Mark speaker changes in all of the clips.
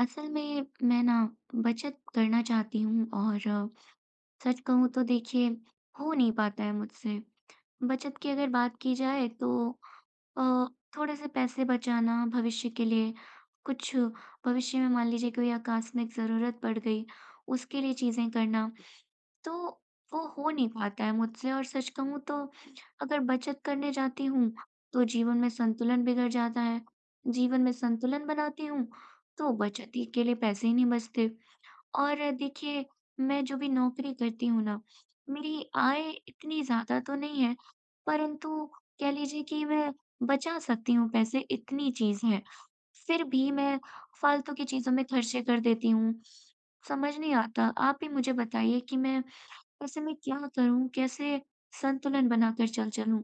Speaker 1: असल में मैं ना बचत करना चाहती हूँ और सच कहूँ तो देखिए हो नहीं पाता है मुझसे। बचत की अगर बात की जाए तो अ, थोड़े से पैसे बचाना भविष्य के लिए कुछ भविष्य में मान लीजिए कोई आकस्मिक ज़रूरत पड़ गई उसके लिए चीज़ें करना तो वो हो नहीं पाता है मुझसे और सच कहूँ तो अगर बचत करने जाती हूँ, तो जीवन में संतुलन बिगड़ जाता है। जीवन में संतुलन बनाती हूँ, तो बचत ही के लिए पैसे ही नहीं बचते। और देखिए, मैं जो भी नौकरी करती हूँ ना, मेरी आय इतनी ज़्यादा तो नहीं है, परंतु कह लीजिए कि मैं बचा सकती हूँ पैसे, इतनी चीज़ है। फिर भी मैं फालतू की चीज़ों में खर्चे कर देती हूँ। समझ नहीं आता, आप ही मुझे बताइए कि मैं ऐसे में क्या करूँ? कैसे संतुलन बनाकर चल चलूँ?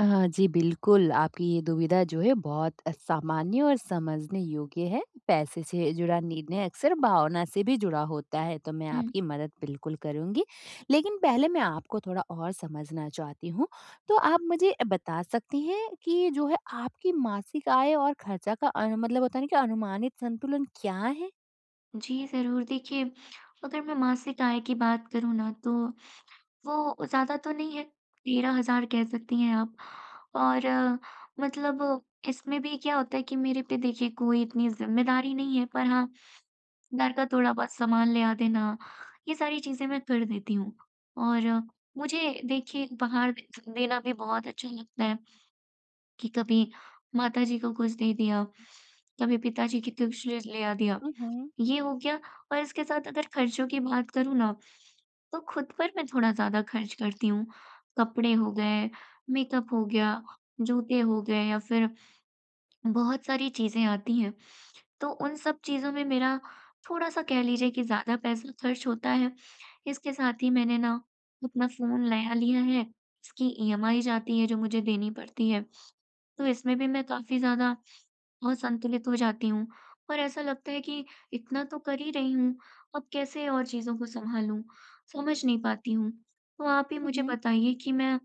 Speaker 2: अ, जी बिल्कुल, आपकी ये दुविधा जो है बहुत सामान्य और समझने योग्य है। पैसे से जुड़ा निर्णय अक्सर भावना से भी जुड़ा होता है, तो मैं
Speaker 1: हुँ।
Speaker 2: आपकी मदद बिल्कुल करूँगी। लेकिन पहले मैं आपको थोड़ा और समझना चाहती हूँ। तो आप मुझे बता सकते हैं कि जो है आपकी मासिक आय और खर्चा का मतलब होता है ना कि अनुमानित संतुलन क्या है?
Speaker 1: जी, ज़रूर। देखिए, अगर मैं मासिक आय की बात करूँ ना तो वो ज़्यादा तो नहीं है, 13,000 कह सकती हैं आप और मतलब इसमें भी क्या होता है कि मेरे पे देखिए कोई इतनी ज़िम्मेदारी नहीं है, पर हाँ, घर का थोड़ा-बहुत सामान ले आ देना, ये सारी चीज़ें मैं कर देती हूँ और मुझे देखिए उपहार दे देना भी बहुत अच्छा लगता है। कि कभी माताजी को कुछ दे दिया, कभी पिताजी की कुछ ले ले आ दिया,
Speaker 2: हुँ,
Speaker 1: ये हो गया और इसके साथ अगर खर्चों की बात करूँ ना, तो खुद पर मैं थोड़ा ज़्यादा खर्च करती हूँ। कपड़े हो गए, मेकअप हो गया, जूते हो गए या फिर बहुत सारी चीज़ें आती हैं, तो उन सब चीज़ों में मेरा थोड़ा-सा कह लीजिए कि ज़्यादा पैसा खर्च होता है। इसके साथ ही मैंने ना अपना फ़ोन नया लिया है, इसकी EMI जाती है जो मुझे देनी पड़ती है, तो इसमें भी मैं काफ़ी ज़्यादा बहुत संतुलित हो जाती हूँ और ऐसा लगता है कि इतना तो कर ही रही हूँ, अब कैसे और चीज़ों को सँभालूँ? समझ नहीं पाती हूँ। तो आप ही मुझे
Speaker 2: हुँ।
Speaker 1: बताइए कि मैं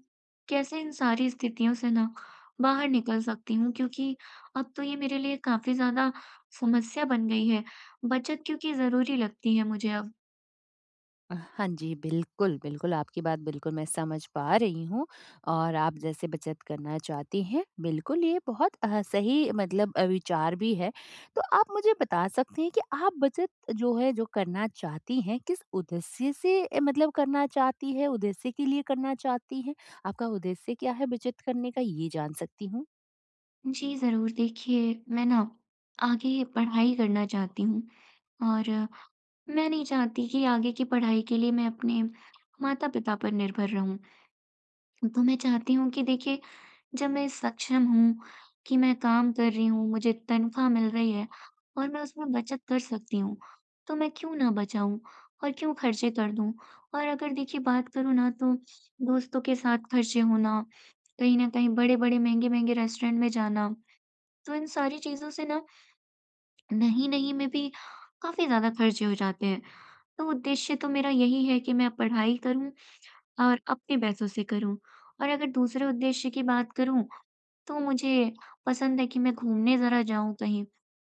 Speaker 1: कैसे इन सारी स्थितियों से ना बाहर निकल सकती हूँ? क्योंकि अब तो ये मेरे लिए काफ़ी ज़्यादा समस्या बन गई है, बचत क्योंकि ज़रूरी लगती है मुझे अब।
Speaker 2: हाँ जी, बिल्कुल, बिल्कुल, आपकी बात बिल्कुल मैं समझ पा रही हूँ और आप जैसे बचत करना चाहती हैं, बिल्कुल ये बहुत सही मतलब विचार भी है। तो आप मुझे बता सकते हैं कि आप बचत जो है, जो करना चाहती हैं, किस उद्देश्य से मतलब करना चाहती हैं, उद्देश्य के लिए करना चाहती हैं? आपका उद्देश्य क्या है बचत करने का, ये जान सकती हूँ?
Speaker 1: जी, ज़रूर देखिए मैं ना आगे पढ़ाई करना चाहती हूँ और मैं नहीं चाहती कि आगे की पढ़ाई के लिए मैं अपने माता-पिता पर निर्भर रहूँ। तो मैं चाहती हूँ कि देखिए जब मैं सक्षम हूँ कि मैं काम कर रही हूँ, मुझे तनख्वाह मिल रही है और मैं उसमें बचत कर सकती हूँ, तो मैं क्यों ना बचाऊँ और क्यों खर्चे कर दूँ? और अगर देखिए बात करूँ ना तो दोस्तों के साथ खर्चे होना, कहीं न कहीं बड़े-बड़े, महँगे-महँगे रेस्टोरेंट में जाना, तो इन सारी चीज़ों से ना नहीं-नहीं में भी काफ़ी ज़्यादा खर्चे हो जाते हैं। तो उद्देश्य तो मेरा यही है कि मैं पढ़ाई करूँ और अपने पैसों से करूँ। और अगर दूसरे उद्देश्य की बात करूँ, तो मुझे पसंद है कि मैं घूमने ज़रा जाऊँ कहीं,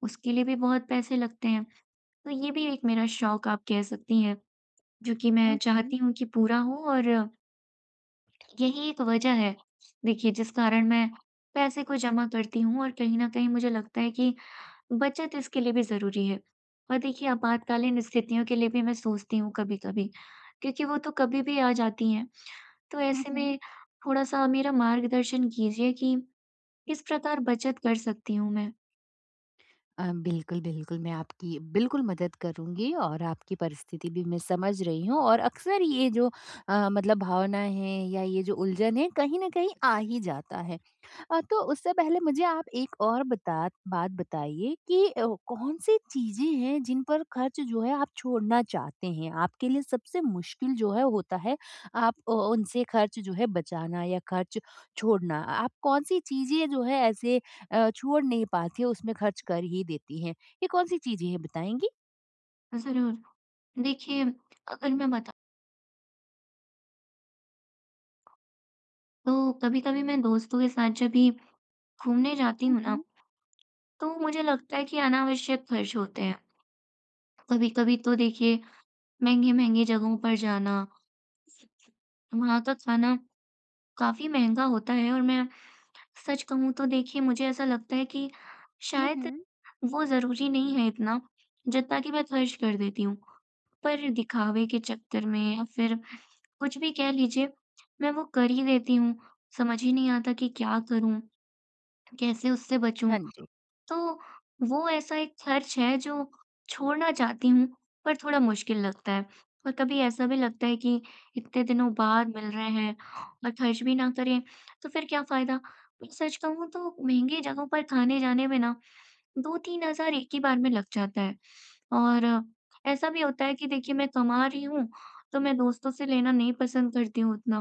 Speaker 1: उसके लिए भी बहुत पैसे लगते हैं। तो ये भी एक मेरा शौक आप कह सकती हैं, जो कि मैं
Speaker 2: हुँ, हुँ।
Speaker 1: चाहती हूँ कि पूरा हो और यही एक वजह है, देखिए जिस कारण मैं पैसे को जमा करती हूँ और कहीं न कहीं मुझे लगता है कि बचत इसके लिए भी ज़रूरी है। और देखिए आपातकालीन स्थितियों के लिए भी मैं सोचती हूँ कभी-कभी, क्योंकि वो तो कभी भी आ जाती हैं। तो
Speaker 2: हुँ,
Speaker 1: ऐसे
Speaker 2: हुँ।
Speaker 1: में थोड़ा-सा मेरा मार्गदर्शन कीजिए कि किस प्रकार बचत कर सकती हूँ मैं?
Speaker 2: बिल्कुल, बिल्कुल। मैं आपकी बिल्कुल मदद करूँगी और आपकी परिस्थिति भी मैं समझ रही हूँ और अक्सर ये जो मतलब भावना है या ये जो उलझन है कहीं न कहीं आ ही जाता है। तो उससे पहले मुझे आप एक और बता बात बताइए कि कौन-सी चीज़ें हैं जिन पर खर्च जो है आप छोड़ना चाहते हैं? आपके लिए सबसे मुश्किल जो है होता है आप उनसे खर्च जो है बचाना या खर्च छोड़ना। आप कौन-सी चीज़ें जो है ऐसे छोड़ नहीं पाती है, उसमें खर्च कर ही देती हैं। ये कौन-सी चीज़ें हैं बताएँगी?
Speaker 1: ज़रूर। देखिए, अगर मैं बताऊँ तो कभी-कभी मैं दोस्तों के साथ जब भी घूमने जाती
Speaker 2: हुँ,
Speaker 1: हूँ ना,
Speaker 2: हुँ।
Speaker 1: तो मुझे लगता है कि अनावश्यक खर्च होते हैं। कभी-कभी तो देखिए महँगी-महँगी जगहों पर जाना, वहाँ का खाना काफ़ी महँगा होता है और मैं सच कहूँ तो देखिए मुझे ऐसा लगता है कि
Speaker 2: हुँ,
Speaker 1: शायद
Speaker 2: हुँ।
Speaker 1: वो ज़रूरी नहीं है इतना, जितना कि मैं खर्च कर देती हूँ। पर दिखावे के चक्कर में या फिर कुछ भी कह लीजिए, मैं वो कर ही देती हूँ। समझ ही नहीं आता कि क्या करूँ? कैसे उससे बचूँ?
Speaker 2: हाँ जी।
Speaker 1: तो वो ऐसा एक खर्च है जो छोड़ना चाहती हूँ, पर थोड़ा मुश्किल लगता है और कभी ऐसा भी लगता है कि इतने दिनों बाद मिल रहे हैं और खर्च भी ना करें, तो फिर क्या फ़ायदा? पर सच कहूँ तो महँगी जगहों पर खाने-जाने में ना 2-3 हज़ार एक ही बार में लग जाता है और ऐसा भी होता है कि देखिए मैं कमा रही हूँ, तो मैं दोस्तों से लेना नहीं पसंद करती हूँ उतना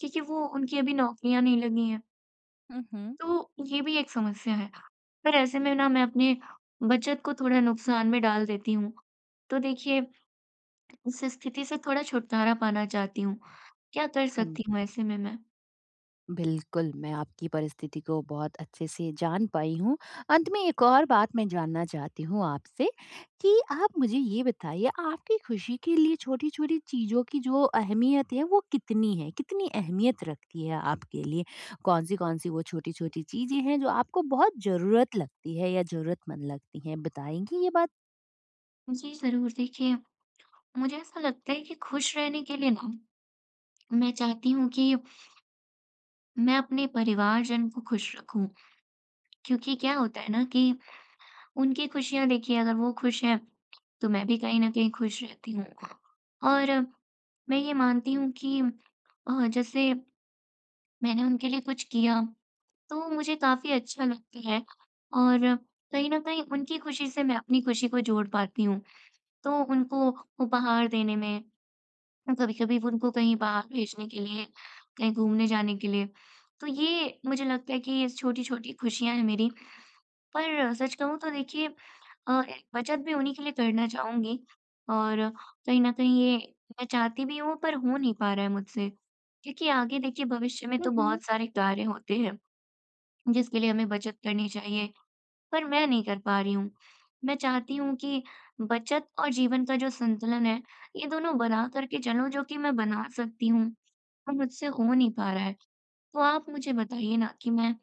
Speaker 1: क्योंकि वो उनकी अभी नौकरियाँ नहीं लगी हैं।
Speaker 2: हुँ, हुँ।
Speaker 1: तो ये भी एक समस्या है। पर ऐसे में ना मैं अपनी बचत को थोड़ा नुकसान में डाल देती हूँ। तो देखिए इस स्थिति से थोड़ा छुटकारा पाना चाहती हूँ। क्या कर
Speaker 2: हाँ
Speaker 1: सकती
Speaker 2: जी।
Speaker 1: हूँ ऐसे में मैं?
Speaker 2: बिल्कुल, मैं आपकी परिस्थिति को बहुत अच्छे से जान पाई हूँ। अंत में एक और बात मैं जानना चाहती हूँ आपसे कि आप मुझे ये बताइए आपकी खुशी के लिए छोटी-छोटी चीज़ों की जो अहमियत है वो कितनी है? कितनी अहमियत रखती है आपके लिए? कौन सी वो छोटी-छोटी चीज़ें हैं जो आपको बहुत ज़रूरत लगती है या ज़रूरतमंद लगती हैं? बताएँगी ये बात?
Speaker 1: जी ज़रूर, देखिए मुझे ऐसा लगता है कि खुश रहने के लिए ना मैं चाहती हूँ कि मैं अपने परिवारजन को खुश रखूँ। क्योंकि क्या होता है ना कि उनकी खुशियाँ देखिए अगर वो खुश हैं तो मैं भी कहीं न कहीं खुश रहती हूँ। और मैं ये मानती हूँ कि जैसे मैंने उनके लिए कुछ किया, तो मुझे काफ़ी अच्छा लगता है और कहीं न कहीं उनकी खुशी से मैं अपनी खुशी को जोड़ पाती हूँ। तो उनको उपहार देने में, कभी-कभी उनको कहीं बाहर भेजने के लिए, कहीं घूमने जाने के लिए, तो ये मुझे लगता है कि ये छोटी-छोटी खुशियाँ हैं मेरी। पर सच कहूँ तो देखिए एक बचत भी उन्हीं के लिए करना चाहूँगी और कहीं न कहीं ये मैं चाहती भी हूँ पर हो नहीं पा रहा है मुझसे, क्योंकि आगे देखिए भविष्य में तो
Speaker 2: हुँ।
Speaker 1: बहुत सारे कार्य होते हैं। जिसके लिए हमें बचत करनी चाहिए, पर मैं नहीं कर पा रही हूँ। मैं चाहती हूँ कि बचत और जीवन का जो संतुलन है, ये दोनों बना कर के चलूँ जो कि मैं बना सकती हूँ, पर मुझसे हो नहीं पा रहा है। तो आप मुझे बताइए ना कि मैं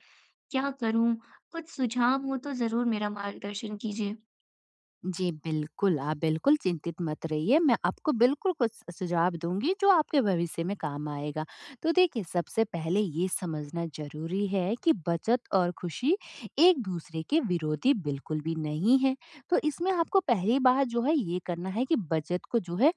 Speaker 1: क्या करूँ? कुछ सुझाव हो तो ज़रूर मेरा मार्गदर्शन कीजिए।
Speaker 2: जी, बिल्कुल, आप बिल्कुल चिंतित मत रहिए, मैं आपको बिल्कुल कुछ स सुझाव दूँगी जो आपके भविष्य में काम आएगा। तो देखिए, सबसे पहले ये समझना ज़रूरी है कि बचत और खुशी एक-दूसरे के विरोधी बिल्कुल भी नहीं है। तो इसमें आपको पहली बात जो है ये करना है कि बचत को जो है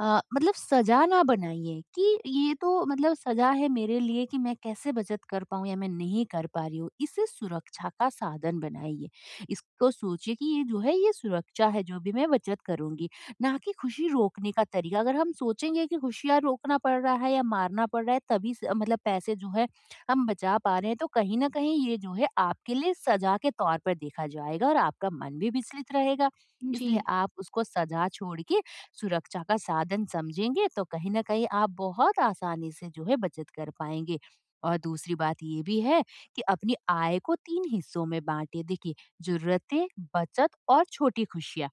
Speaker 2: मतलब सजा ना बनाइए कि ये तो मतलब सजा है मेरे लिए कि मैं कैसे बचत कर पाऊँ या मैं नहीं कर पा रही हूँ। इसे सुरक्षा का साधन बनाइए। इसको सोचिए कि ये जो है ये सुरक्षा है जो भी मैं बचत करूँगी, ना कि खुशी रोकने का तरीका। अगर हम सोचेंगे कि खुशियाँ रोकना पड़ रहा है या मारना पड़ रहा है तभी स मतलब पैसे जो है हम बचा पा रहे हैं तो कहीं न कहीं ये जो है आपके लिए सजा के तौर पर देखा जाएगा और आपका मन भी विचलित रहेगा। इसलिए
Speaker 1: जी,
Speaker 2: आप उसको सजा छोड़ के सुरक्षा का साधन समझेंगे तो कहीं ना कहीं आप बहुत आसानी से जो है बचत कर पाएंगे और दूसरी बात ये भी है कि अपनी आय को तीन हिस्सों में बांटिए। देखिए, जरूरतें, बचत और छोटी खुशियां,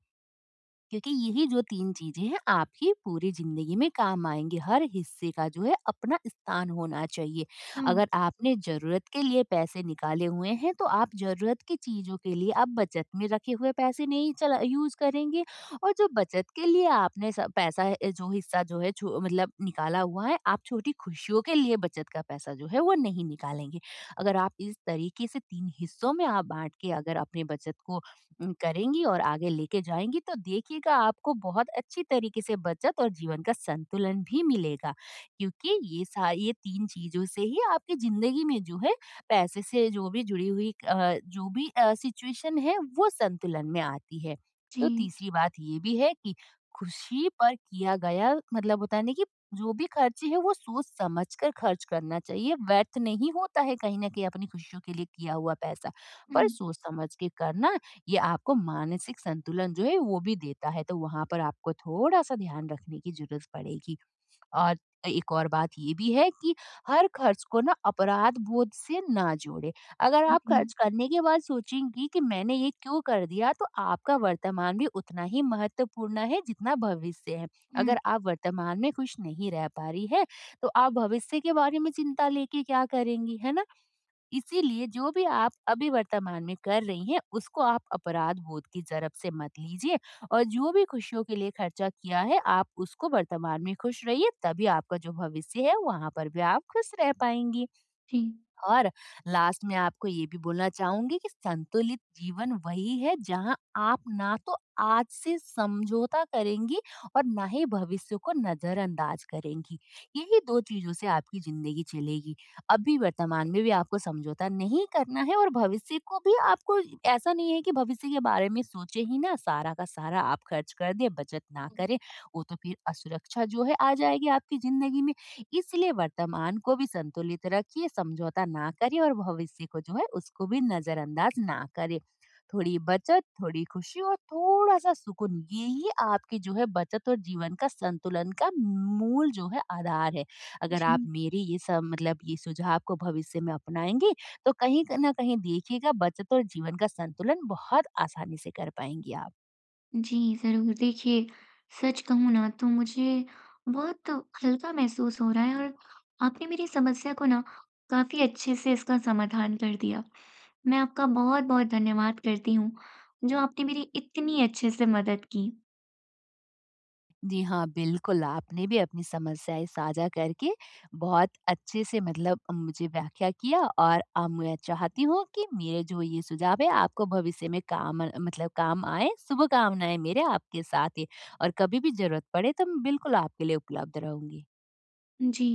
Speaker 2: क्योंकि यही जो 3 चीजें हैं आपकी पूरी जिंदगी में काम आएँगी। हर हिस्से का जो है अपना स्थान होना चाहिए।
Speaker 1: हुँ,
Speaker 2: अगर आपने ज़रूरत के लिए पैसे निकाले हुए हैं तो आप ज़रूरत की चीज़ों के लिए आप बचत में रखे हुए पैसे नहीं चला यूज़ करेंगे और जो बचत के लिए आपने स पैसा है जो हिस्सा जो है छो मतलब निकाला हुआ है आप छोटी खुशियों के लिए बचत का पैसा जो है वो नहीं निकालेंगे। अगर आप इस तरीके से 3 हिस्सों में आप बाँट के अगर अपने बचत को करेंगी और आगे लेके जाएँगी तो देखिएगा आपको बहुत अच्छी तरीके से बचत और जीवन का संतुलन भी मिलेगा। क्योंकि ये 3 चीज़ों से ही आपकी ज़िंदगी में जो है पैसे से जो भी जुड़ी हुई जो भी सिचुएशन है वो संतुलन में आती है। तो
Speaker 1: जी,
Speaker 2: तीसरी बात ये भी है कि खुशी पर किया गया मतलब होता है ना कि जो भी खर्चे हैं वो सोच-समझ कर खर्च करना चाहिए। व्यर्थ नहीं होता है कहीं न कहीं अपनी खुशियों के लिए किया हुआ पैसा।
Speaker 1: हुँ,
Speaker 2: पर सोच-समझ के करना ये आपको मानसिक संतुलन जो है वो भी देता है, तो वहां पर आपको थोड़ा सा ध्यान रखने की जरूरत पड़ेगी और एक और बात ये भी है कि हर खर्च को ना अपराध बोध से ना जोड़े। अगर
Speaker 1: हुँ,
Speaker 2: आप
Speaker 1: हुँ,
Speaker 2: खर्च करने के बाद सोचेंगी कि मैंने ये क्यों कर दिया, तो आपका वर्तमान भी उतना ही महत्वपूर्ण है जितना भविष्य है।
Speaker 1: हुँ,
Speaker 2: अगर आप वर्तमान में खुश नहीं रह पा रही है तो आप भविष्य के बारे में चिंता लेके क्या करेंगी, है ना। इसीलिए जो भी आप अभी वर्तमान में कर रही हैं उसको आप अपराध बोध की जरब से मत लीजिए और जो भी खुशियों के लिए खर्चा किया है आप उसको वर्तमान में खुश रहिए, तभी आपका जो भविष्य है वहां पर भी आप खुश रह पाएंगी।
Speaker 1: जी,
Speaker 2: और लास्ट में आपको ये भी बोलना चाहूंगी कि संतुलित जीवन वही है जहां आप ना तो आज से समझौता करेंगी और ना ही भविष्य को नजरअंदाज करेंगी। यही दो चीजों से आपकी जिंदगी चलेगी। अभी वर्तमान में भी आपको समझौता नहीं करना है और भविष्य को भी आपको, ऐसा नहीं है कि भविष्य के बारे में सोचे ही ना, सारा का सारा आप खर्च कर दे बचत ना करें। वो तो फिर असुरक्षा जो है आ जाएगी आपकी जिंदगी में। इसलिए वर्तमान को भी संतुलित रखिए, समझौता ना करिए और भविष्य को जो है उसको भी नजरअंदाज ना करें। थोड़ी बचत, थोड़ी खुशी और थोड़ा-सा सुकून, यही आपकी जो है बचत और जीवन का संतुलन का मूल जो है आधार है। अगर आप
Speaker 1: जी।
Speaker 2: मेरे ये सब मतलब ये सुझाव को भविष्य में अपनाएँगे तो कहीं क ना कहीं देखिएगा बचत और जीवन का संतुलन बहुत आसानी से कर पाएँगी आप।
Speaker 1: जी, ज़रूर। देखिए, सच कहूँ ना तो मुझे बहुत हल्का महसूस हो रहा है और आपने मेरी समस्या को ना काफ़ी अच्छे से इसका समाधान कर दिया। मैं आपका बहुत-बहुत धन्यवाद करती हूँ, जो आपने मेरी इतनी अच्छे से मदद की।
Speaker 2: जी हाँ, बिल्कुल, आपने भी अपनी समस्याएँ साझा करके बहुत अच्छे से मतलब मुझे व्याख्या किया और अब मैं चाहती हूँ कि मेरे जो ये सुझाव है आपको भविष्य में काम मतलब काम आए। शुभकामनाएँ मेरे आपके साथ है और कभी भी ज़रूरत पड़े तो मैं बिल्कुल आपके लिए उपलब्ध रहूँगी।
Speaker 1: जी।